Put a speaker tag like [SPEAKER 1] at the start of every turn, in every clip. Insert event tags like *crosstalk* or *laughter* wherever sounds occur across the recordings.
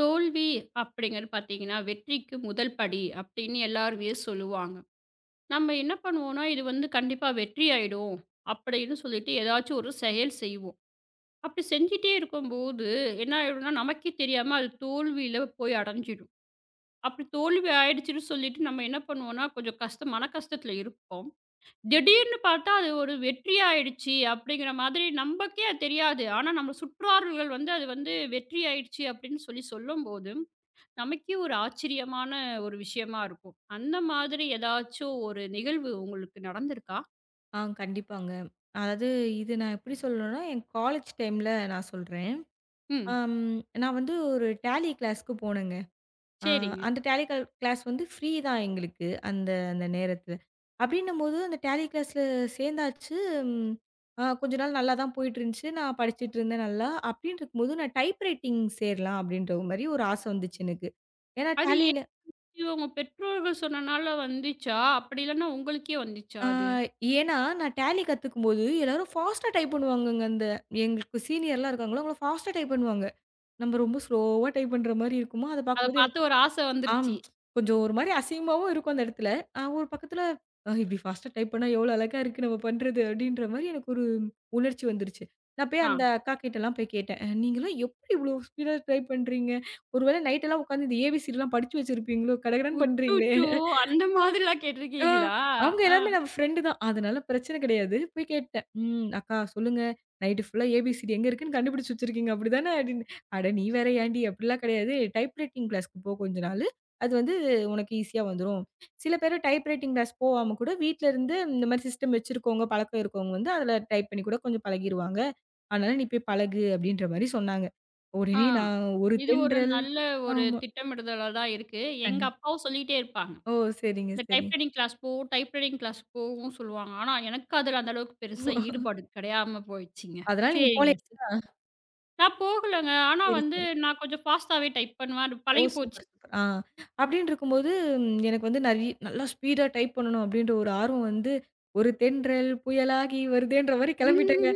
[SPEAKER 1] தோல்வி அப்படிங்கிறது பார்த்தீங்கன்னா, "வெற்றிக்கு முதல் படி" அப்படின்னு எல்லாருமே சொல்லுவாங்க. நம்ம என்ன பண்ணுவோம்னா, இது வந்து கண்டிப்பா வெற்றி ஆயிடும் அப்படின்னு சொல்லிட்டு ஏதாச்சும் ஒரு செயல் செய்வோம். அப்படி செஞ்சுட்டே இருக்கும்போது என்ன ஆயிடும்னா, நமக்கே தெரியாம அது தோல்வியில போய் அடைஞ்சிடும். அப்படி தோல்வி ஆயிடுச்சுன்னு சொல்லிட்டு நம்ம என்ன பண்ணுவோம்னா, கொஞ்சம் கஷ்டம் மன கஷ்டத்துல இருப்போம். திடீர்னு பார்த்தா அது ஒரு வெற்றி ஆயிடுச்சு அப்படிங்கிற மாதிரி நமக்கே அது தெரியாது. ஆனா நம்ம சுற்றார்கள் வந்து அது வந்து வெற்றி ஆயிடுச்சு அப்படின்னு சொல்லி சொல்லும்போது நமக்கே ஒரு ஆச்சரியமான ஒரு விஷயமா இருக்கும். அந்த மாதிரி ஏதாச்சும் ஒரு நிகழ்வு உங்களுக்கு நடந்திருக்கா?
[SPEAKER 2] கண்டிப்பாங்க. அதாவது இது நான் எப்படி சொல்லணும்னா, என் காலேஜ் டைம்ல நான் சொல்றேன்.
[SPEAKER 1] ம்.
[SPEAKER 2] அம் நான் வந்து ஒரு டேலி கிளாஸ்க்கு போனேங்க. அ
[SPEAKER 1] சரிங்க.
[SPEAKER 2] அந்த டேலி கல் கிளாஸ் வந்து ஃப்ரீ தான் எங்களுக்கு அந்த அந்த நேரத்துல. அப்படின்னும்போது அந்த டேலி கிளாஸ்ல சேர்ந்தாச்சு. ம் அ கொஞ்ச நாள் நல்லா தான் போயிட்டுருந்துச்சு. நான் படிச்சுட்டு இருந்தேன் நல்லா. அப்படின்னு இருக்கும்போது நான் டைப் ரைட்டிங் சேரலாம் அப்படின்ற மாரி ஒரு ஆசை வந்துச்சு எனக்கு. ஏன்னா,
[SPEAKER 1] அது ஏன் உங்க பெற்றோர்கள் சொன்னனால வந்துச்சா? அப்படி இல்லன்னா உங்களுக்கே வந்துச்சா
[SPEAKER 2] ஆ,
[SPEAKER 1] அது?
[SPEAKER 2] ஏன்னா, நான் டேலி கத்துக்கும்போது எல்லாரும் ஃபாஸ்ட்டா டைப் பண்ணுவாங்கங்க. அந்த எங்களுக்கு சீனியர்லாம் இருக்காங்களோ, அவங்கலாம் ஃபாஸ்ட்டா டைப் பண்ணுவாங்க. நம்ம ரொம்ப ஸ்லோவா டைப் பண்ற மாரி இருக்குமா, அத
[SPEAKER 1] அத
[SPEAKER 2] பார்க்கும்போது எனக்கு
[SPEAKER 1] பார்த்து ஒரு ஆச
[SPEAKER 2] ஆம்.
[SPEAKER 1] வந்துருச்சு.
[SPEAKER 2] கொஞ்சம் ஒரு மாரி அசிங்கமாவும் இருக்கும் அந்த இடத்துல. ஒரு பக்கத்துல இப்படி ஃபாஸ்ட்டா டைப் பண்ணா எவ்வளோ அழகா இருக்கு நம்ம பண்றது அப்படின்ற மாரி எனக்கு ஒரு உணர்ச்சி வந்துருச்சு. நான் போய்
[SPEAKER 1] ஆ.
[SPEAKER 2] அந்த அக்கா கிட்டலாம் போய் கேட்டேன். நீங்கலாம் எப்படி இவ்வளோ ஸ்பீடா டைப் பண்றீங்க? ஒருவேளை நைட்டெல்லாம் உட்காந்து இந்த ஏபிசிடிலாம் படிச்சு வச்சிருப்பீங்களோ? கடகடன்னு பண்றீங்களே!"
[SPEAKER 1] அச்சச்சோ! அந்த மாதிரிலாம்
[SPEAKER 2] ஆ,
[SPEAKER 1] கேட்டிருக்கீங்களா?
[SPEAKER 2] அவங்க
[SPEAKER 1] ஆ.
[SPEAKER 2] எல்லாருமே நம்ம ஃப்ரெண்டு தான். அதனால பிரச்சனை கிடையாது. போய் கேட்டேன். "ம் அக்கா சொல்லுங்க. நைட்டு ஃபுல்லா ஏபிசிடி எங்க இருக்குன்னு கண்டுபிடிச்சு வச்சிருக்கீங்க அப்படிதானே?" அப்படின்னு. "அட நீ வேற ஏன்டி அப்படிலாம் கிடையாது. டைப் ரைட்டிங் கிளாஸ்க்கு போ கொஞ்ச நாளு. அது வந்து உனக்கு ஈஸியா வந்துரும்." சில பேரு டைப் ரைட்டிங் கிளாஸ் போவாம கூட வீட்ல இருந்து இந்த மாரி சிஸ்டம் வச்சிருக்கவங்க, பழக்கம் இருக்கவங்க வந்து அதுல டைப் பண்ணி கூட கொஞ்சம் பழகிருவாங்க. அதனால நீ போய் பழகு அப்படின்ற மாரி சொன்னாங்க.
[SPEAKER 1] ஆ.
[SPEAKER 2] உடனே நான் ஒரு
[SPEAKER 1] இது ஒரு
[SPEAKER 2] தென்றல்
[SPEAKER 1] நல்ல ஒரு
[SPEAKER 2] ஆமா.
[SPEAKER 1] திட்டமிடுதலா தான் இருக்கு. எங்க
[SPEAKER 2] கண்டிப்பா.
[SPEAKER 1] அப்பாவும் சொல்லிட்டே இருப்பாங்க.
[SPEAKER 2] ஓ! சரிங்க,
[SPEAKER 1] இந்த
[SPEAKER 2] சரி.
[SPEAKER 1] டைப் ரைட்டிங் கிளாஸ் போ, டைப் ரைட்டிங் கிளாஸ் போவும் சொல்லுவாங்க. ஆனா, எனக்கு அதுல அந்த அளவுக்கு பெருசா ஈடுபாடு கிடையாம போயிடுச்சுங்க.
[SPEAKER 2] அதனால நீங்க
[SPEAKER 1] சரிங்க
[SPEAKER 2] போலயா?
[SPEAKER 1] சார். நான் போகலங்க. ஆனா
[SPEAKER 2] சரி,
[SPEAKER 1] வந்து
[SPEAKER 2] சரி.
[SPEAKER 1] நான் கொஞ்சம் ஃபாஸ்ட்டாவே டைப் பண்ணுவேன். அது
[SPEAKER 2] ஓ!
[SPEAKER 1] பழகி போச்சு.
[SPEAKER 2] Super, super. ஆ. அப்படின்னு இருக்கும்போது, எனக்கு வந்து நெறைய நல்லா ஸ்பீடா டைப் பண்ணணும் அப்படின்ற ஒரு ஆர்வம் வந்து, ஒரு தென்றல் புயலாகி வருதேன்ற மாரி கிளம்பிட்டேங்க.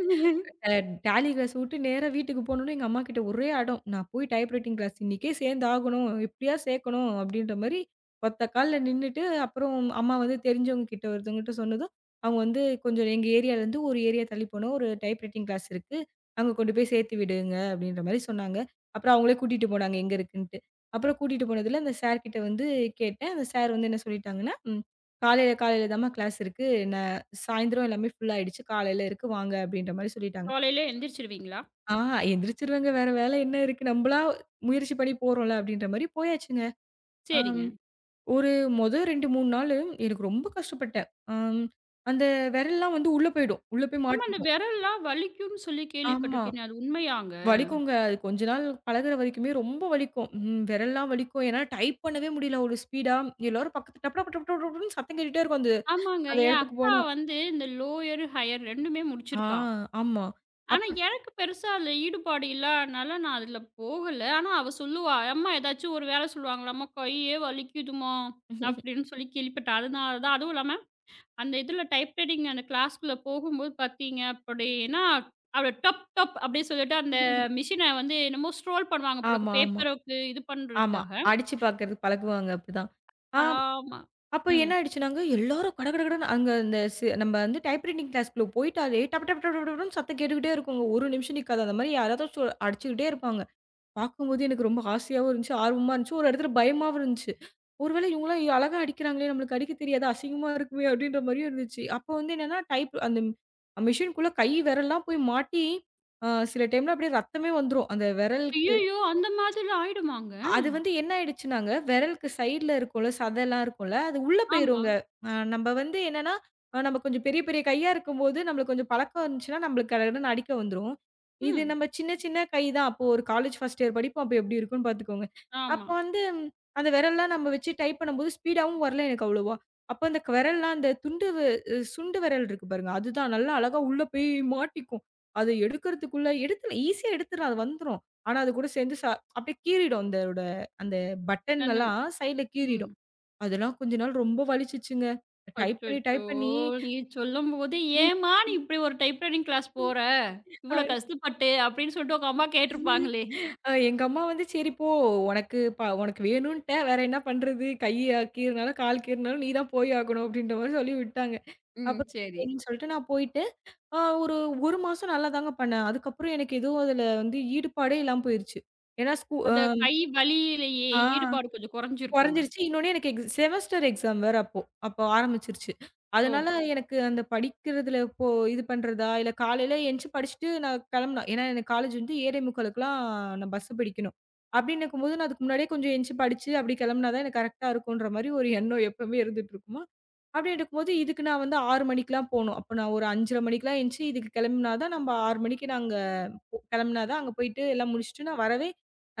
[SPEAKER 2] அ டேலி கிளாஸ் விட்டு நேரா வீட்டுக்கு போனோனே, எங்க அம்மாகிட்ட ஒரே அடம். நான் போய் டைப் ரைட்டிங் கிளாஸ் இன்னைக்கே சேர்ந்தாகணும். எப்படியாவது சேர்க்கணும் அப்படின்ற மாரி ஒத்த கால்ல நின்னுட்டு, அப்புறம் அம்மா வந்து தெரிஞ்சவங்க கிட்ட ஒருத்தவங்ககிட்ட சொன்னதும், அவங்க வந்து கொஞ்சம் எங்க ஏரியாலருந்து ஒரு ஏரியா தள்ளி போனா ஒரு டைப் ரைட்டிங் கிளாஸ் இருக்கு. அங்க கொண்டு போய் சேர்த்து விடுங்க அப்படின்ற மாரி சொன்னாங்க. அப்புறம் அவங்களே கூட்டிட்டு போனாங்க எங்க இருக்குன்ட்டு. அப்புறம் கூட்டிட்டு போனதுல அந்த சார் கிட்ட வந்து கேட்டேன். அந்த சார் வந்து என்ன சொல்லிட்டாங்கன்னா, "காலையில காலையில தாம்மா கிளாஸ் இருக்கு. நான் சாயந்தரம் எல்லாமே ஃபுல் ஆயிடுச்சு. காலையில இருக்கு வாங்க" அப்படின்ற மாரி சொல்லிட்டாங்க.
[SPEAKER 1] காலையில எந்திரிச்சுருவீங்களா?
[SPEAKER 2] ஆ எந்திரிச்சுருவேங்க. வேற வேல என்ன இருக்கு? நம்பளா முயற்சி பண்ணி போறோம்ல அப்டின்ற மாரி போயாச்சுங்க. அம்
[SPEAKER 1] சரிங்க.
[SPEAKER 2] ஒரு மொத 2, 3 நாளு எனக்கு ரொம்ப கஷ்டப்பட்டேன். அம் அந்த விரல்லாம் வந்து உள்ள போயிடும். உள்ள போய்
[SPEAKER 1] ஆமா இந்த
[SPEAKER 2] மாட்டிக்கும்.
[SPEAKER 1] விரல்லாம் வலிக்கும்னு சொல்லி
[SPEAKER 2] ஆமா.
[SPEAKER 1] கேள்விப்பட்டுருக்கேனே, அது உண்மையாங்க?
[SPEAKER 2] வலிக்குங்க. அது கொஞ்ச நாள் பழகுற வரைக்குமே ரொம்ப வலிக்கும். ம் விரல்லாம் வலிக்கும். என்னால டைப் பண்ணவே முடியல ஒரு ஸ்பீடா. எல்லாரும் பக்கத்து டப் டப் டப் டப் டப்னு சத்தம் கேட்டுட்டே இருக்கும். அந்த
[SPEAKER 1] ஆமாங்க.
[SPEAKER 2] அந்த
[SPEAKER 1] என்
[SPEAKER 2] இடத்துக்கு
[SPEAKER 1] அக்கா
[SPEAKER 2] போனா.
[SPEAKER 1] வந்து இந்த லோயர், ஹையர் 2மே
[SPEAKER 2] ஆ
[SPEAKER 1] முடிச்சிருக்கா.
[SPEAKER 2] ஆமா.
[SPEAKER 1] ஆனா,
[SPEAKER 2] அப்ப
[SPEAKER 1] எனக்கு பெருசா அதுல ஈடுபாடு இல்லாதனால நான் அதுல போகல. ஆனா, அவ சொல்லுவா, "அம்மா ஏதாச்சும் ஒரு வேலை சொல்லுவாங்களாம்மா, கையே வலிக்குதும்மா" அப்படின்னு சொல்லி கேள்விப்பட்டேன். அதனால தான் அதுவும் இல்லாம, அந்த இதுல டைப் ரைட்டிங் அந்த கிளாஸ்க்குள்ள போகும்போது பார்த்தீங்க அப்படின்னா, அவ டப் டப் அப்படின்னு சொல்லிட்டு அந்த
[SPEAKER 2] *laughs*
[SPEAKER 1] மிஷின வந்து என்னமோ ஸ்க்ரோல் பண்ணுவாங்க போல
[SPEAKER 2] ஆமா,
[SPEAKER 1] இருக்கு.
[SPEAKER 2] ஆமா,
[SPEAKER 1] பேப்பருக்கு இது
[SPEAKER 2] ஆமா.
[SPEAKER 1] பண்றதுக்காக.
[SPEAKER 2] அடிச்சு பாக்குறதுக்கு பழகுவாங்க அப்டிதான். ஆ
[SPEAKER 1] ஆமா.
[SPEAKER 2] அப்ப
[SPEAKER 1] ம்.
[SPEAKER 2] என்ன ஆயிடுச்சுனாங்க, எல்லாரும் கடகடகடன்னு அங்க அந்த நம்ம வந்து டைப் ரைட்டிங் கிளாஸ்க்குள்ள போயிட்டாலே டப டப டப டபன்னு சத்தம் கேட்டுக்கிட்டே இருக்குங்க. ஒரு நிமிஷம் நிக்காது. அந்த மாரி யாராவது அடிச்சுக்கிட்டே இருப்பாங்க. பார்க்கும்போது எனக்கு ரொம்ப ஆசையாவும் இருந்துச்சு, ஆர்வமா இருந்துச்சு. ஒரு இடத்துல பயமாவும் இருந்துச்சு. ஒருவேளை இவங்கலாம் அழகா அடிக்கிறாங்களே! நம்மளுக்கு அடிக்க தெரியாது. அசிங்கமா இருக்குமே! அப்டின்ற மாரியும் இருந்துச்சு. அப்போ வந்து என்னன்னா, டைப் அந்த மெஷின்க்குள்ள கை விரல்லாம் போய் மாட்டி, சில டைம்ல அப்டியே ரத்தமே வந்துரும். அந்த விரல்
[SPEAKER 1] ஐய்யய்யோ! அந்த மாதிரிலாம் ஆயிடுமாங்க?
[SPEAKER 2] அது வந்து என்ன ஆயிடுச்சுனாங்க, விரலுக்கு சைடுல இருக்கும்ல, சதைலாம் இருக்கும்ல, அது உள்ள
[SPEAKER 1] ஆமா.
[SPEAKER 2] போயிருங்க. நம்ப வந்து என்னன்னா, நம்ம கொஞ்சம் பெரிய பெரிய கையா இருக்கும்போது, நம்மளுக்கு கொஞ்சம் பழக்கம் இருந்துச்சுன்னா, நம்மளுக்கு கடகடன்னு அடிக்க வந்துரும். இது
[SPEAKER 1] ம்.
[SPEAKER 2] நம்ம சின்ன சின்ன கை தான். அப்போ ஒரு காலேஜ் ஃபர்ஸ்ட் இயர் படிப்போம். அப்போ எப்படி இருக்கும்ன்னு பார்த்துக்கோங்க.
[SPEAKER 1] ஆமா.
[SPEAKER 2] அப்போ வந்து அந்த விரல்லாம் நம்ம வச்சு டைப் பண்ணும்போது, ஸ்பீடாவும் வரல எனக்கு அவ்வளவா. அப்போ அந்த விரல்லாம் அந்த துண்டு வ சுண்டு விரல் இருக்கு பாருங்க, அதுதான் நல்லா அழகா உள்ள போய் மாட்டிக்கும். அத எடுக்கிறதுக்குள்ள எடுத்துடலாம் ஈஸியா எடுத்துடலாம். அது வந்துரும். ஆனா அது கூட சேர்ந்து அப்படியே கீறிடும் அந்தோட அந்த பட்டன்
[SPEAKER 1] அந்த
[SPEAKER 2] எல்லாம் சைடுல
[SPEAKER 1] ம்.
[SPEAKER 2] கீறிடும். அதெல்லாம் கொஞ்ச நாள் ரொம்ப வலிச்சுச்சுங்க. டைப் பண்ணி,
[SPEAKER 1] அச்சச்சோ!
[SPEAKER 2] டைப் பண்ணி
[SPEAKER 1] நீங்க சொல்லும்போது, "ஏம்மா நீ இப்படி ஒரு டைப்ரைட்டிங் கிளாஸ் போற?
[SPEAKER 2] அ
[SPEAKER 1] இவ்வளோ கஷ்டப்பட்டு" அப்படின்னு சொல்லிட்டு உங்க அம்மா கேட்டுருப்பாங்களே!
[SPEAKER 2] அ எங்க அம்மா வந்து "சரி போ உனக்கு உனக்கு வேணுன்ட்ட வேற என்ன பண்றது? கை கீறினாலும், கால் கீறினாலும் நீ தான் போய் ஆகணும்." அப்படின்ற மாரி சொல்லி விட்டாங்க.
[SPEAKER 1] ம்.
[SPEAKER 2] அப்புறம்
[SPEAKER 1] சரி.
[SPEAKER 2] சரின்னு சொல்லிட்டு நான் போயிட்டு, ஒரு 1 மாசம் நல்லா தாங்க பண்ணேன். அதுக்கப்புறம் எனக்கு எதுவும் அதுல வந்து ஈடுபாடே இல்லாம போயிருச்சு. ஏன்னா ஸ்கூ அ
[SPEAKER 1] அந்த கை வலியிலேயே
[SPEAKER 2] ஆ.
[SPEAKER 1] ஈடுபாடு கொஞ்சம் குறைஞ்சிருக்குங்க.
[SPEAKER 2] குறைஞ்சிருச்சு. இன்னொன்னு எனக்கு எக்ஸ் செமஸ்டர் எக்ஸாம் வேற அப்போ. அப்போ ஆரம்பிச்சுருச்சு.
[SPEAKER 1] ஓ!
[SPEAKER 2] அதனால எனக்கு அந்த படிக்கிறதுல இப்போ இது பண்றதா, இல்ல காலையில எந்திச்சு படிச்சுட்டு நான் கிளம்பணும். ஏன்னா எனக்கு காலேஜ் வந்து 7:45க்குலாம் நான் பஸ் பிடிக்கணும். அப்படின்னு இருக்கும்போது நான் அதுக்கு முன்னாடியே கொஞ்சம் எந்திச்சு படிச்சு அப்படி கிளம்புனா தான் எனக்கு கரெக்ட்டா இருக்குன்ற மாரி ஒரு எண்ணம் எப்பவுமே இருந்துட்டு இருக்குமா. அப்படி இருக்கும்போது இதுக்கு நான் வந்து 6 மணிக்கெல்லாம் போணும். அப்போ நான் ஒரு 5:30 மணிக்கெல்லாம் எந்திச்சு இதுக்கு கிளம்புனா தான் நம்ம 6 மணிக்கு நாங்க கிளம்புனா தான் அங்க போயிட்டு எல்லாம் முடிச்சுட்டு நான் வரவே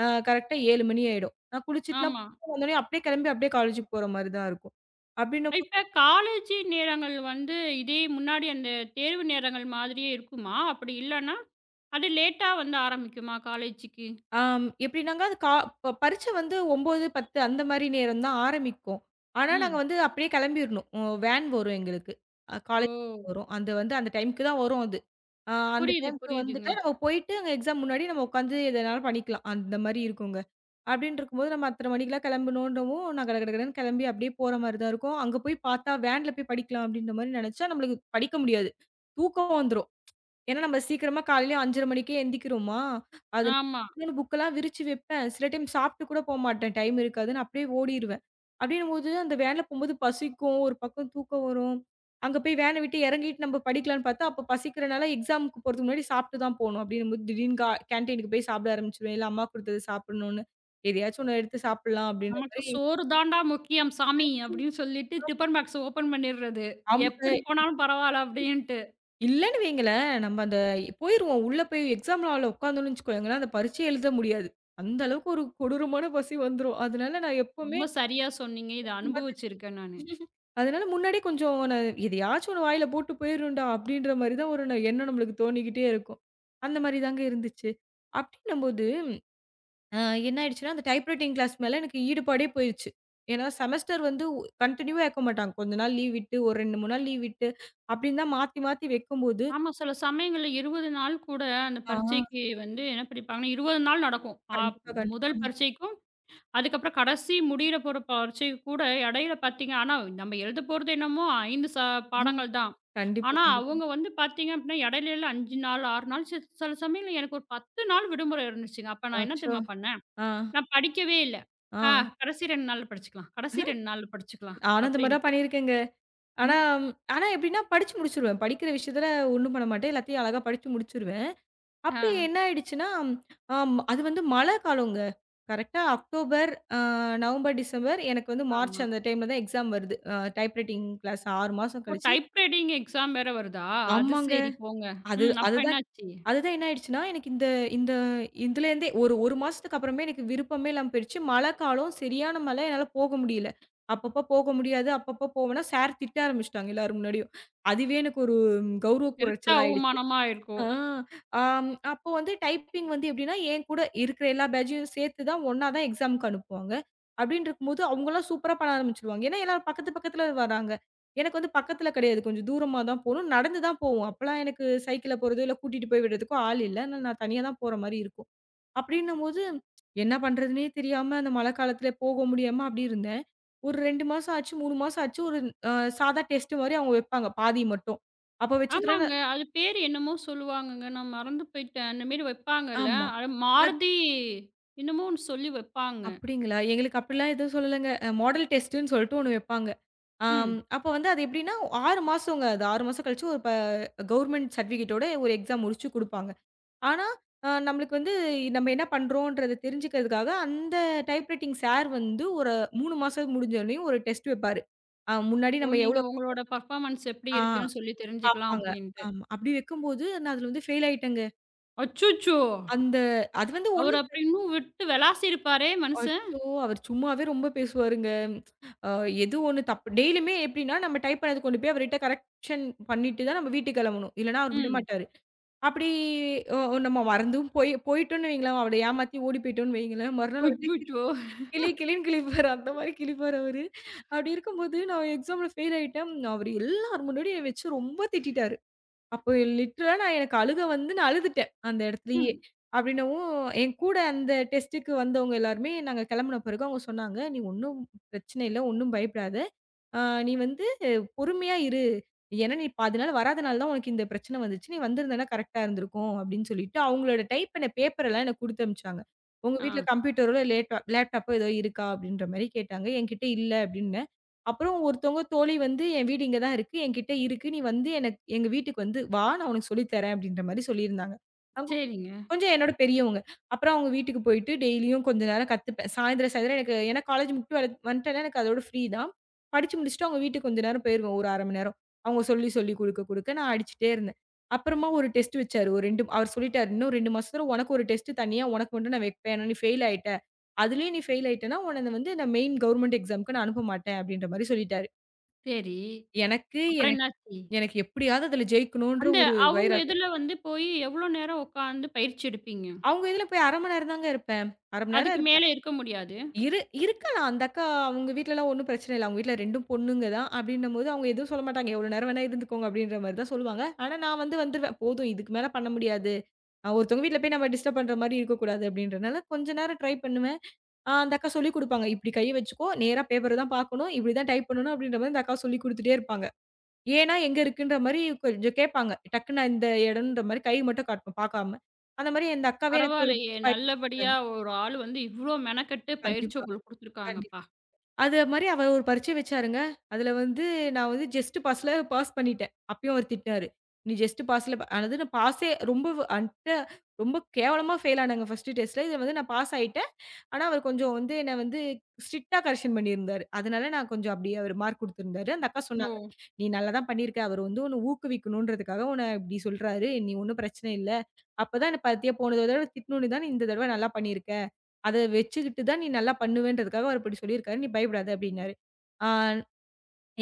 [SPEAKER 2] கரெக்ட்டா 7 மணி ஆயிடும். நான் குளிச்சுட்டுலாம்
[SPEAKER 1] ஆமா.
[SPEAKER 2] வந்தோனே அப்படியே கிளம்பி அப்படியே காலேஜுக்கு போற மாரி தான் இருக்கும். அப்படின்னும் போது
[SPEAKER 1] இப்ப காலேஜ் நேரங்கள் வந்து இதே முன்னாடி அந்த தேர்வு நேரங்கள் மாதிரியே இருக்குமா? அப்படி இல்லன்னா, அது லேட்டா வந்து ஆரம்பிக்குமா காலேஜுக்கு?
[SPEAKER 2] ஆம் எப்படின்னாங்க அது கா ப பரீட்சை வந்து 9, 10 அந்த மாரி நேரம் தான் ஆரம்பிக்கும். ஆனா நாங்க
[SPEAKER 1] ம்.
[SPEAKER 2] வந்து அப்படியே கிளம்பிரணும். ம் வேன் வரும் எங்களுக்கு.
[SPEAKER 1] ஓ!
[SPEAKER 2] காலேஜ் வரும். அந்த வந்து அந்த டைம்க்கு தான் வரும். அந்த
[SPEAKER 1] புரியுது,
[SPEAKER 2] டைம்க்கு
[SPEAKER 1] புரியுதுங்க.
[SPEAKER 2] வந்துட்டா, நம்ம போயிட்டு அங்க எக்ஸாம் முன்னாடி நம்ம உட்காந்து எது வேணாலும் பண்ணிக்கலாம். அந்த மாரி இருக்குங்க. அப்டின்னு இருக்கும்போது நம்ம அத்தன மணிக்கெல்லாம் கிளம்பணுன்றவும், நான் கட கட கடன்னு கிளம்பி அப்டியே போற மாரி தான் இருக்கும். அங்க போய் பார்த்தா, வேன்ல போய் படிக்கலாம் அப்டின்ற மாரி நெனச்சா, நம்மளுக்கு படிக்க முடியாது. தூக்கம் வந்துரும். ஏன்னா, நம்ம சீக்கிரமா காலையில 5:30 மணிக்கே எந்திக்கிறோமா, அது
[SPEAKER 1] ஆமா.
[SPEAKER 2] நான் புக்கெல்லாம் விரிச்சு வைப்பேன். சில டைம் சாப்பிட்டு கூட போமாட்டேன். டைம் இருக்காதுன்னு அப்படியே ஓடிருவேன். அப்படின்னும்போது அந்த வேன்ல போம்போது பசிக்கும், ஒரு பக்கம் தூக்கம் வரும். அங்க போய் வேன விட்டு இறங்கிட்டு நம்ம படிக்கலான்னு பார்த்தா, அப்ப பசிக்கிறனால எக்ஸாமுக்கு போறதுக்கு முன்னாடி சாப்பிட்டு தான் போணும். அப்படின்னும்போது திடீர்னு கேன்டீனுக்கு போய் சாப்பிட ஆரம்பிச்சுருவேன். இல்ல அம்மா குடுத்தது சாப்பிடணும்னு. எதையாச்சும் ஒண்ணு எடுத்து சாப்பிடலாம் அப்படின்ற
[SPEAKER 1] நமக்கு
[SPEAKER 2] மாரி
[SPEAKER 1] சோறு தான்டா முக்கியம் சாமி அப்படின்னு சொல்லிட்டு டிபன் பாக்ஸ் ஓபன் பண்ணிடுறது.
[SPEAKER 2] ஆமாங்க.
[SPEAKER 1] எப்படி போனாலும் பரவாயில்ல அப்படின்ட்டு.
[SPEAKER 2] இல்லன்னு வைங்களேன், நம்ம அந்த போயிருவோம். உள்ள போய் எக்ஸாம் ஹால்ல உட்கார்ந்தோம்னு வச்சுக்கோங்களேன், அந்த பரீட்சையே எழுத முடியாது. அந்த அளவுக்கு ஒரு கொடூரமான பசி வந்துரும். அதனால நான் எப்பவுமே
[SPEAKER 1] ரொம்ப சரியா சொன்னீங்க. இத
[SPEAKER 2] இந்த மாதிரி
[SPEAKER 1] அனுபவிச்சிருக்கேன் நானு.
[SPEAKER 2] *laughs* அதனால முன்னாடியே கொஞ்சம் நான் எதையாச்சும் ஒண்ணு வாயில போட்டு போயிரும்டா! அப்டின்ற மாரி தான் ஒரு எண்ணம் நம்மளுக்கு தோணிக்கிட்டே இருக்கும். அந்த மாரி தாங்க இருந்துச்சு. அப்டின்னும்போது அ என்ன ஆயிடுச்சுன்னா, அந்த டைப் ரைட்டிங் கிளாஸ் மேல எனக்கு ஈடுபாடே போயிருச்சு. ஏன்னா செமஸ்டர் வந்து கன்டின்யூவா வைக்க மாட்டாங்க. கொஞ்ச நாள் லீவ் விட்டு, ஒரு 2, 3 நாள் லீவ் விட்டு அப்டின்னு தான் மாத்தி மாத்தி வைக்கும்போது
[SPEAKER 1] ஆமா, சில சமயங்கள்ல 20 நாள் கூட அந்த
[SPEAKER 2] ஆ
[SPEAKER 1] பரீட்சைக்கு வந்து என்ன படிப்பாங்கன்னா, 20 நாள் நடக்கும். ஆ.
[SPEAKER 2] கண்டிப்பா, கண்டிப்பா.
[SPEAKER 1] முதல் பரீட்சைக்கும், அதுக்கப்புறம் கடைசி முடியற போற பரீட்சைக்கு கூட இடையில பார்த்தீங்க ஆனா நம்ம எழுத போறது என்னமோ 5
[SPEAKER 2] ம்.
[SPEAKER 1] பாடங்கள் தான்.
[SPEAKER 2] கண்டிப்பா,
[SPEAKER 1] ஆனா
[SPEAKER 2] கண்டிப்பா.
[SPEAKER 1] அவங்க வந்து பார்த்தீங்க அப்படின்னா, இடையில எல்லாம் 5 நாள், 6 நாள் சில சமயங்கள்ல எனக்கு ஒரு 10 நாள் விடுமுறை இருந்துச்சுங்க. அப்ப நான் என்ன
[SPEAKER 2] அச்சோ!
[SPEAKER 1] தெரியுமா பண்ணேன்?
[SPEAKER 2] ஆ,
[SPEAKER 1] நான் படிக்கவே இல்ல.
[SPEAKER 2] ஆ.
[SPEAKER 1] ஆ. கடைசி 2 நாள்ல படிச்சுக்கலாம். கடைசி 2 நாள்ல படிச்சுக்கலாம்
[SPEAKER 2] நானும் இந்த மாரி தான்
[SPEAKER 1] அப்படின்ட்டு.
[SPEAKER 2] பண்ணியிருக்கேங்க. ஆனா
[SPEAKER 1] ம்.
[SPEAKER 2] ஆனா எப்படின்னா படிச்சு முடிச்சுருவேன். படிக்கிற விஷயத்துல ஒண்ணும் பண்ண மாட்டேன். எல்லாத்தையும் அழகா படிச்சு முடிச்சுருவேன்.
[SPEAKER 1] ஆ.
[SPEAKER 2] அப்படி என்ன ஆயிடுச்சுன்னா, ஆம் அது வந்து மழை காலங்க. கரெக்ட்டா அக்டோபர், நவம்பர், டிசம்பர் எனக்கு வந்து மார்ச்
[SPEAKER 1] ஆமா.
[SPEAKER 2] அந்த டைம்ல தான் எக்ஸாம் வருது. டைப்ரைட்டிங் கிளாஸ் 6 மாசம்
[SPEAKER 1] ஓ!
[SPEAKER 2] கழிச்சு.
[SPEAKER 1] டைப் ரைட்டிங் எக்ஸாம் வேற வருதா? அது
[SPEAKER 2] ஆமாங்க.
[SPEAKER 1] சரி போங்க.
[SPEAKER 2] அது
[SPEAKER 1] ம். அப்புறம்
[SPEAKER 2] அது
[SPEAKER 1] என்னாச்சு?
[SPEAKER 2] அதுதான் என்ன ஆயிடுச்சுன்னா, எனக்கு இந்த இந்த இதுலேருந்தே ஒரு 1 மாசத்துக்கு அப்புறமே எனக்கு விருப்பமே இல்லாம போயிடுச்சு. மழை காலம் சரியான மழை என்னால போக முடியல. அப்பப்போ போக முடியாது. அப்பப்போ போவேன்னா சார் திட்ட ஆரம்பிச்சுட்டாங்க எல்லார் முன்னாடியும். அதுவே எனக்கு ஒரு கௌரவ
[SPEAKER 1] பெருத்த
[SPEAKER 2] குறைச்சலா ஆயிடுச்சு.
[SPEAKER 1] அவமானமா
[SPEAKER 2] ஆ,
[SPEAKER 1] இருக்கும்.
[SPEAKER 2] ஆம். அப்போ வந்து டைப்பிங் வந்து எப்டின்னா, என் கூட இருக்கிற எல்லா பேட்சையும் சேர்த்து தான் ஒண்ணா தான் எக்ஸாம்க்கு அனுப்புவாங்க. அப்டின்னு இருக்கும்போது, அவங்கலாம் சூப்பரா பண்ண ஆரம்பிச்சுருவாங்க. ஏன்னா, எல்லாரும் பக்கத்து பக்கத்துல வராங்க. எனக்கு வந்து பக்கத்துல கிடையாது. கொஞ்சம் தூரமா தான் போணும். நடந்து தான் போவோம். அப்பலாம் எனக்கு சைக்கிள்ல போறதோ, இல்ல கூட்டிட்டு போய் விடுறதுக்கோ ஆள் இல்ல. அதனால நான் தனியா தான் போற மாரி இருக்கும். அப்டின்னும்போது, என்ன பண்றதுன்னே தெரியாம அந்த மழை காலத்துல போக முடியாம அப்டி இருந்தேன். ஒரு 2 மாசம் ஆச்சு, 3 மாசம் ஆச்சு. ஒரு அ சாதா டெஸ்ட் மாரி அவங்க வைப்பாங்க. பாதி மட்டும். அப்ப வச்சதுல
[SPEAKER 1] ஆமாங்க.
[SPEAKER 2] நான்
[SPEAKER 1] அது பேரு என்னமோ சொல்லுவாங்கங்க. நான் மறந்து போயிட்டேன். அந்த மாரி வைப்பாங்கல்ல.
[SPEAKER 2] ஆமா.
[SPEAKER 1] அது மாருதி என்னமோ ஒண்ணு சொல்லி வைப்பாங்க.
[SPEAKER 2] அப்படிங்களா? எங்களுக்கு அப்படிலாம் எதுவும் சொல்லலங்க. மாடல் டெஸ்ட்டுன்னு சொல்லிட்டு ஒண்ணு வைப்பாங்க. ஆம்
[SPEAKER 1] ம்.
[SPEAKER 2] அப்ப வந்து அது எப்படின்னா 6 மாசங்க அது. 6 மாசம் கழிச்சு ஒரு கவர்ன்மென்ட் சர்டிஃபிகேட்டோட ஒரு எக்ஸாம் முடிச்சு குடுப்பாங்க. ஆனா, நம்மளுக்கு வந்து நம்ம என்ன பண்றோன்றத தெரிஞ்சுக்கிறதுக்காக அந்த டைப்ரைட்டிங் சார் வந்து ஒரு 3 மாசம் முடிஞ்சோனையும் ஒரு டெஸ்ட் வைப்பாரு. முன்னாடி
[SPEAKER 1] ஓ!
[SPEAKER 2] நம்ம
[SPEAKER 1] நீங்க
[SPEAKER 2] எவ்வளோ
[SPEAKER 1] உங்களோட பெர்ஃபார்மன்ஸ் எப்படி
[SPEAKER 2] ஆ
[SPEAKER 1] இருக்குன்னு சொல்லி தெரிஞ்சுக்கலாம்
[SPEAKER 2] பார்ப்பாங்க.
[SPEAKER 1] அப்படின்ட்டு.
[SPEAKER 2] ஆமா. அப்படி வைக்கும்போது நான் அதுல வந்து ஃபெயில் ஆயிட்டேங்க.
[SPEAKER 1] அச்சச்சோ!
[SPEAKER 2] அந்த அது வந்து ஒண்ணு
[SPEAKER 1] அவரு அப்படி இன்னும் விட்டு விளாசிருப்பாரே மனுஷன்.
[SPEAKER 2] அச்சோ! அவர் சும்மாவே ரொம்ப பேசுவாருங்க. அ எது ஒண்ணு தப்பு டெய்லியுமே எப்படின்னா, நம்ம டைப் பண்ணது கொண்டு போய் அவர்ட்ட கரெக்ஷன் பண்ணிட்டு தான் நம்ம வீட்டுக்கு கெளம்பணும். இல்லன்னா அவர்
[SPEAKER 1] ம்.
[SPEAKER 2] விடமாட்டாரு. அப்படி நம்ம மறந்தும் போய் போயிட்டோம்னு வைங்களேன், அவர ஏமாத்தி ஓடி போயிட்டோம்னு வைங்களேன், மறுநாள் வந்து
[SPEAKER 1] அச்சச்சோ!
[SPEAKER 2] கிளி கிளின்னு கிழிப்பாரு. அந்த மாரி கிழிப்பாரு அவரு. அப்படி இருக்கும்போது நான் எக்ஸாம்ல ஃபெயில் ஆயிட்டேன். அவரு எல்லார் முன்னாடியும் என்ன வச்சு ரொம்ப திட்டிட்டாரு. அப்போ லிட்டரலா நான் எனக்கு அழுக வந்து நான் அழுதுட்டேன். அந்த இடத்துலயே.
[SPEAKER 1] ம்.
[SPEAKER 2] அப்படின்னவும் என் கூட அந்த டெஸ்ட்டுக்கு வந்தவங்க எல்லாருமே நாங்க கிளம்புன பிறகு அவங்க சொன்னாங்க, "நீ ஒண்ணும் பிரச்சனை இல்ல. ஒண்ணும் பயப்படாத. ஆ நீ வந்து பொறுமையா இரு. ஏன்னா, நீ பாதி நாள் வராதனால தான் உனக்கு இந்த பிரச்சனை வந்துச்சு. நீ வந்திருந்தனா கரெக்ட்டா இருந்திருக்கும் அப்படின்னு சொல்லிட்டு, அவங்களோட டைப் பண்ண பேப்பர் எல்லாம் எனக்கு குடுத்து அனுப்பிச்சாங்க. உங்க
[SPEAKER 1] ஆ.
[SPEAKER 2] வீட்ல கம்ப்யூட்டரோ, லேட்டா லேப்டாப்போ ஏதோ இருக்கா? அப்படின்ற மாரி கேட்டாங்க. என்கிட்ட இல்ல அப்படின்னேன். அப்புறம் ஒருத்தவங்க தோழி வந்து என் வீடு இங்க தான் இருக்கு. என்கிட்ட இருக்கு. நீ வந்து எனக்கு எங்க வீட்டுக்கு வந்து வா, நான் உனக்கு சொல்லி தரேன் அப்படின்ற மாரி சொல்லியிருந்தாங்க. அங்க
[SPEAKER 1] சரிங்க.
[SPEAKER 2] கொஞ்சம் என்னோட பெரியவங்க. அப்புறம் அவங்க வீட்டுக்கு போயிட்டு டெய்லியும் கொஞ்ச நேரம் கத்துப்பேன். சாயந்திரம் எனக்கு ஏன்னா காலேஜ் முடிச்சு வர வந்துட்டேன்னா எனக்கு அதோட ஃப்ரீ தான். படிச்சு முடிச்சுட்டு அவங்க வீட்டுக்கு கொஞ்ச நேரம் போயிருவேன். ஒரு 1/2 மணி நேரம். அவங்க சொல்லி குடுக்க நான் அடிச்சுட்டே இருந்தேன். அப்புறமா ஒரு டெஸ்ட் வச்சாரு. ஒரு 2 அவர் சொல்லிட்டாரு, "இன்னும் 2 மாசத்துல உனக்கு ஒரு டெஸ்ட் தனியா உனக்கு மட்டும் நான் வைப்பேன். ஏன்னா நீ ஃபெயில் ஆயிட்ட. அதுலயும் நீ ஃபெயில் ஆயிட்டன்னா, உன்ன வந்து நான் மெயின் கவர்ன்மென்ட் எக்ஸாம்க்கு நான் அனுப்ப மாட்டேன்." அப்படின்ற மாரி சொல்லிட்டாரு.
[SPEAKER 1] சரி.
[SPEAKER 2] எனக்கு
[SPEAKER 1] அப்புறம்
[SPEAKER 2] எனக்
[SPEAKER 1] என்னாச்சு?
[SPEAKER 2] எனக்கு எப்படியாவது அதுல ஜெயிக்கணும்ன்ற
[SPEAKER 1] அந்த
[SPEAKER 2] ஒரு
[SPEAKER 1] அவங்க
[SPEAKER 2] வைராக்கியம்.
[SPEAKER 1] இதுல வந்து போய் எவ்வளோ நேரம் உட்காந்து பயிற்சி எடுப்பீங்க?
[SPEAKER 2] அவங்க இதுல போய் 1/2 மணி நேரம் தாங்க இருப்பேன். 1/2 மணி நேரம்
[SPEAKER 1] அதுக்கு மேல
[SPEAKER 2] இருப்பேன்.
[SPEAKER 1] இருக்க முடியாது.
[SPEAKER 2] இரு இருக்கலாம். அந்த அக்கா அவங்க வீட்லலாம் ஒண்ணும் பிரச்சனை இல்ல. அவங்க வீட்ல 2ம் பொண்ணுங்க தான். அப்டின்னும்போது அவங்க எதுவும் சொல்ல மாட்டாங்க. "எவ்வளோ நேரம் வேணா இருந்துக்கோங்க" அப்டின்ற மாரி தான் சொல்லுவாங்க. ஆனா நான் வந்து வந்துருவேன். "போதும் இதுக்கு மேல பண்ண முடியாது. ஒருத்தவங்க வீட்ல போய் நம்ம டிஸ்டர்ப் பண்ற மாரி இருக்கக்கூடாது" அப்டின்றனால கொஞ்ச நேரம் ட்ரை பண்ணுவேன். அந்த அக்கா சொல்லிக் குடுப்பாங்க. "இப்டி கை வச்சுக்கோ, நேரா பேப்பர தான் பார்க்கணும், இப்டி தான் டைப் பண்ணணும்" அப்டின்ற மாரி அந்த அக்கா சொல்லிக் குடுத்துட்டே இருப்பாங்க. ஏன்னா எங்க இருக்குன்ற மாரி கொஞ்சம் கேட்பாங்க. டக்குன்னு நான் இந்த இடம்ன்ற மாரி கை மட்டும் காட்டணும், பார்க்காம. அந்த மாரி அந்த அக்காவே எனக்கு ஒரு
[SPEAKER 1] பரவாயில்லையே!
[SPEAKER 2] பயிற்சி
[SPEAKER 1] நல்லபடியா
[SPEAKER 2] கொடுத்தாங்க.
[SPEAKER 1] ஒரு ஆள் வந்து இவ்ளோ மெனக்கெட்டு பயிற்சி
[SPEAKER 2] கண்டிப்பா,
[SPEAKER 1] உங்களுக்கு
[SPEAKER 2] கண்டிப்பா.
[SPEAKER 1] குடுத்துருக்காங்கப்பா.
[SPEAKER 2] அது மாரி அவ ஒரு பரீட்சை வச்சாருங்க. அதுல வந்து நான் வந்து ஜஸ்ட் பாஸ்ல பாஸ் பண்ணிட்டேன். அப்பயும் அவர் திட்டினாரு. "நீ ஜஸ்ட் பாஸ்ல" அதாவது நான் பாஸே ரொம்ப அன்ட ரொம்ப கேவலமா ஃபெயில் ஆனாங்க ஃபர்ஸ்ட் டெஸ்ட்ல. இதுல வந்து நான் பாஸ் ஆயிட்டேன். ஆனா, அவர் கொஞ்சம் வந்து என்ன வந்து ஸ்ட்ரிக்ட்டா கரெக்ஷன் பண்ணியிருந்தாரு. அதனால நான் கொஞ்சம் அப்படியே அவர் மார்க் குடுத்திருந்தாரு. அந்த அக்கா
[SPEAKER 1] ஓ!
[SPEAKER 2] சொன்னாங்க, "நீ நல்லா தான் பண்ணியிருக்க. அவர் வந்து உன்ன ஊக்குவிக்கணும்ன்றதுக்காக உன்ன இப்படி சொல்றாரு. நீ ஒண்ணும் பிரச்சனை இல்ல. அப்பதான் என்ன பாத்தியா போன தடவ திட்டுனோனே தானே இந்த தடவ நல்லா பண்ணியிருக்க." அத வச்சுக்கிட்டு தான் நீ நல்லா பண்ணுவேன்றதுக்காக அவர் இப்படி சொல்லியிருக்காரு. நீ பயப்படாத அப்டின்னாரு. ஆ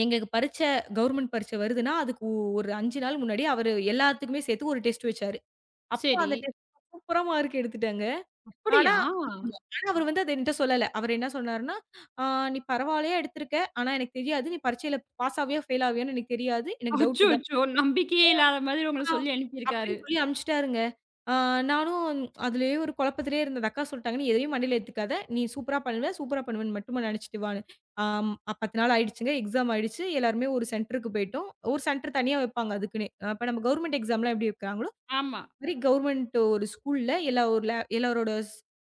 [SPEAKER 2] எங்களுக்கு பரீட்ச கவர்ன்மென்ட் பரீட்ச வருதுன்னா, அதுக்கு ஒரு 5 நாள் முன்னாடி அவரு எல்லாத்துக்குமே சேர்த்து ஒரு டெஸ்ட் வச்சாரு. அப்போ
[SPEAKER 1] சரி.
[SPEAKER 2] அந்த டெஸ்ட் சூப்பரா மார்க் எடுத்துட்டேங்க. ஆனா
[SPEAKER 1] அப்படியா?
[SPEAKER 2] ஆனா அவரு வந்து அத என்ட்ட சொல்லல. அவரு என்ன சொன்னாருன்னா, "ஆ நீ பரவாயில்லையா எடுத்திருக்க. ஆனா எனக்கு தெரியாது. நீ பரீட்சையில பாஸ் ஆவியா, ஃபெயில் ஆவியான்னு எனக்கு தெரியாது. எனக்கு டவுட் தான்."
[SPEAKER 1] அச்சச்சோ! நம்பிக்கையே இல்லாத மாதிரி உங்கள
[SPEAKER 2] ஆ.
[SPEAKER 1] சொல்லி அனுப்பியிருக்காரு.
[SPEAKER 2] அப்படின்னு சொல்லி அனுப்பிச்சுட்டாருங்க. ஆ நானும் அதிலேயே ஒரு குழப்பத்திலேயே இருந்தேன். அந்த அக்கா சொல்ட்டாங்க, "நீ எதையும் மண்டையில ஏத்துக்காத. நீ சூப்பரா பண்ணுவ. சூப்பரா பண்ணுவேன்னு மட்டுமா நெனச்சுட்டு வான்னு." ஆம். 10 நாள் ஆயிடுச்சுங்க. எக்ஸாம் ஆயிடுச்சு. எல்லாருமே ஒரு சென்டருக்கு போயிட்டோம். ஒரு சென்டர் தனியா வைப்பாங்க அதுக்குன்னே. அப்ப நம்ம கவர்மெண்ட் எக்ஸாம்லாம் எப்படி வைக்கிறாங்களோ,
[SPEAKER 1] ஆமா.
[SPEAKER 2] மாரி கவர்மெண்ட் ஒரு ஸ்கூல்ல எல்லா ஒரு லே எல்லாரோட ஸ்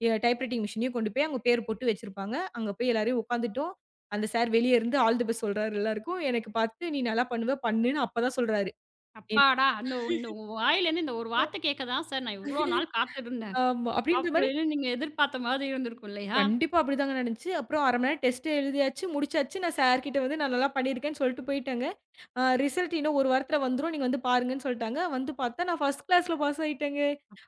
[SPEAKER 2] எ டைப்ரைட்டிங் மிஷினையும் கொண்டு போய் அங்க பேர் போட்டு வச்சிருப்பாங்க. அங்க போய் எல்லாரையும் உட்காந்துட்டோம். அந்த சார் வெளிய இருந்து ஆல் தி பெஸ்ட் சொல்றாரு எல்லாருக்கும். எனக்கு பார்த்து, "நீ நல்லா பண்ணுவ. பண்ணுன்னு" அப்பதான் சொல்றாரு.
[SPEAKER 1] அப்பாடா! அந்த இந்த உங்க வாயிலேருந்து இந்த ஒரு வார்த்தை கேட்க தான் சார் நான் இவ்ளோ நாள் காத்துருந்தேன்.
[SPEAKER 2] ஆமா. அப்டின்ற மாரி
[SPEAKER 1] அப்படின்னு நீங்க எதிர்பார்த்த மாதிரி இருந்திருக்கும் இல்லையா?
[SPEAKER 2] கண்டிப்பா அப்டிதாங்க நடந்துச்சு. அப்புறம் 1/2 மணி நேரம் டெஸ்ட் எழுதியாச்சு, முடிச்சாச்சு. நான் சார் கிட்ட வந்து நான் நல்லா பண்ணியிருக்கேன்னு சொல்லிட்டு போயிட்டேங்க. ரிசல்ட் இன்னும் 1 வாரத்துல வந்துரும். நீங்க வந்து பாருங்கன்னு சொல்ட்டாங்க. வந்து பார்த்தா நான் ஃபர்ஸ்ட் கிளாஸ்ல பாஸ் ஆயிட்டேங்க.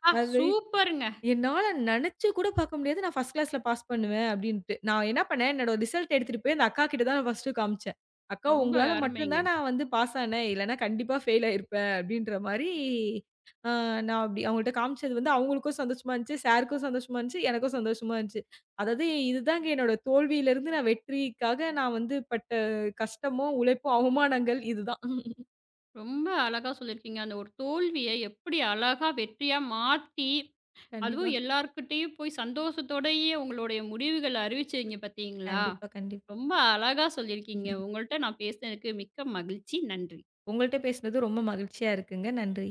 [SPEAKER 1] ஆ.
[SPEAKER 2] அது
[SPEAKER 1] சூப்பருங்க.
[SPEAKER 2] என்னால நெனச்சு கூட பார்க்க முடியாது. நான் ஃபர்ஸ்ட் கிளாஸ்ல பாஸ் பண்ணுவேன் அப்டின்ட்டு. நான் என்ன பண்ணேன், என்னோட ரிசல்ட் எடுத்துட்டு போய் அந்த அக்கா கிட்ட தான் நான் ஃபர்ஸ்ட்டு காமிச்சேன். "அக்கா
[SPEAKER 1] ரொம்ப
[SPEAKER 2] உங்களால மட்டும்
[SPEAKER 1] அருமைங்க.
[SPEAKER 2] தான் நான் வந்து பாஸ் ஆனேன். இல்லன்னா கண்டிப்பா ஃபெயில் ஆயிருப்பேன்." அப்டின்ற மாரி அ நான் அப்டி அவங்கள்ட்ட காமிச்சது வந்து அவங்களுக்கும் சந்தோஷமா இருந்துச்சு, சாருக்கும் சந்தோஷமா இருந்துச்சு, எனக்கும் சந்தோஷமா இருந்துச்சு. அதாவது இதுதாங்க என்னோட தோல்வியிலிருந்து நான் வெற்றிக்காக நான் வந்து பட்ட கஷ்டமும், உழைப்பும், அவமானங்கள் இதுதான்.
[SPEAKER 1] ரொம்ப அழகா சொல்லியிருக்கீங்க. அந்த ஒரு தோல்விய எப்படி அழகா வெற்றியா மாத்தி,
[SPEAKER 2] கண்டிப்பா,
[SPEAKER 1] அதுவும் எல்லார்கிட்டயும் போய் சந்தோஷத்தோடயே உங்களுடைய முடிவுகள அறிவிச்சீங்க பார்த்தீங்களா?
[SPEAKER 2] கண்டிப்பா.
[SPEAKER 1] ரொம்ப அழகா சொல்லியிருக்கீங்க. உங்கள்ட்ட நான் பேசினதுக்கு மிக்க மகிழ்ச்சி. நன்றி.
[SPEAKER 2] உங்கள்ட்ட பேசுனது ரொம்ப மகிழ்ச்சியா இருக்குங்க. நன்றி.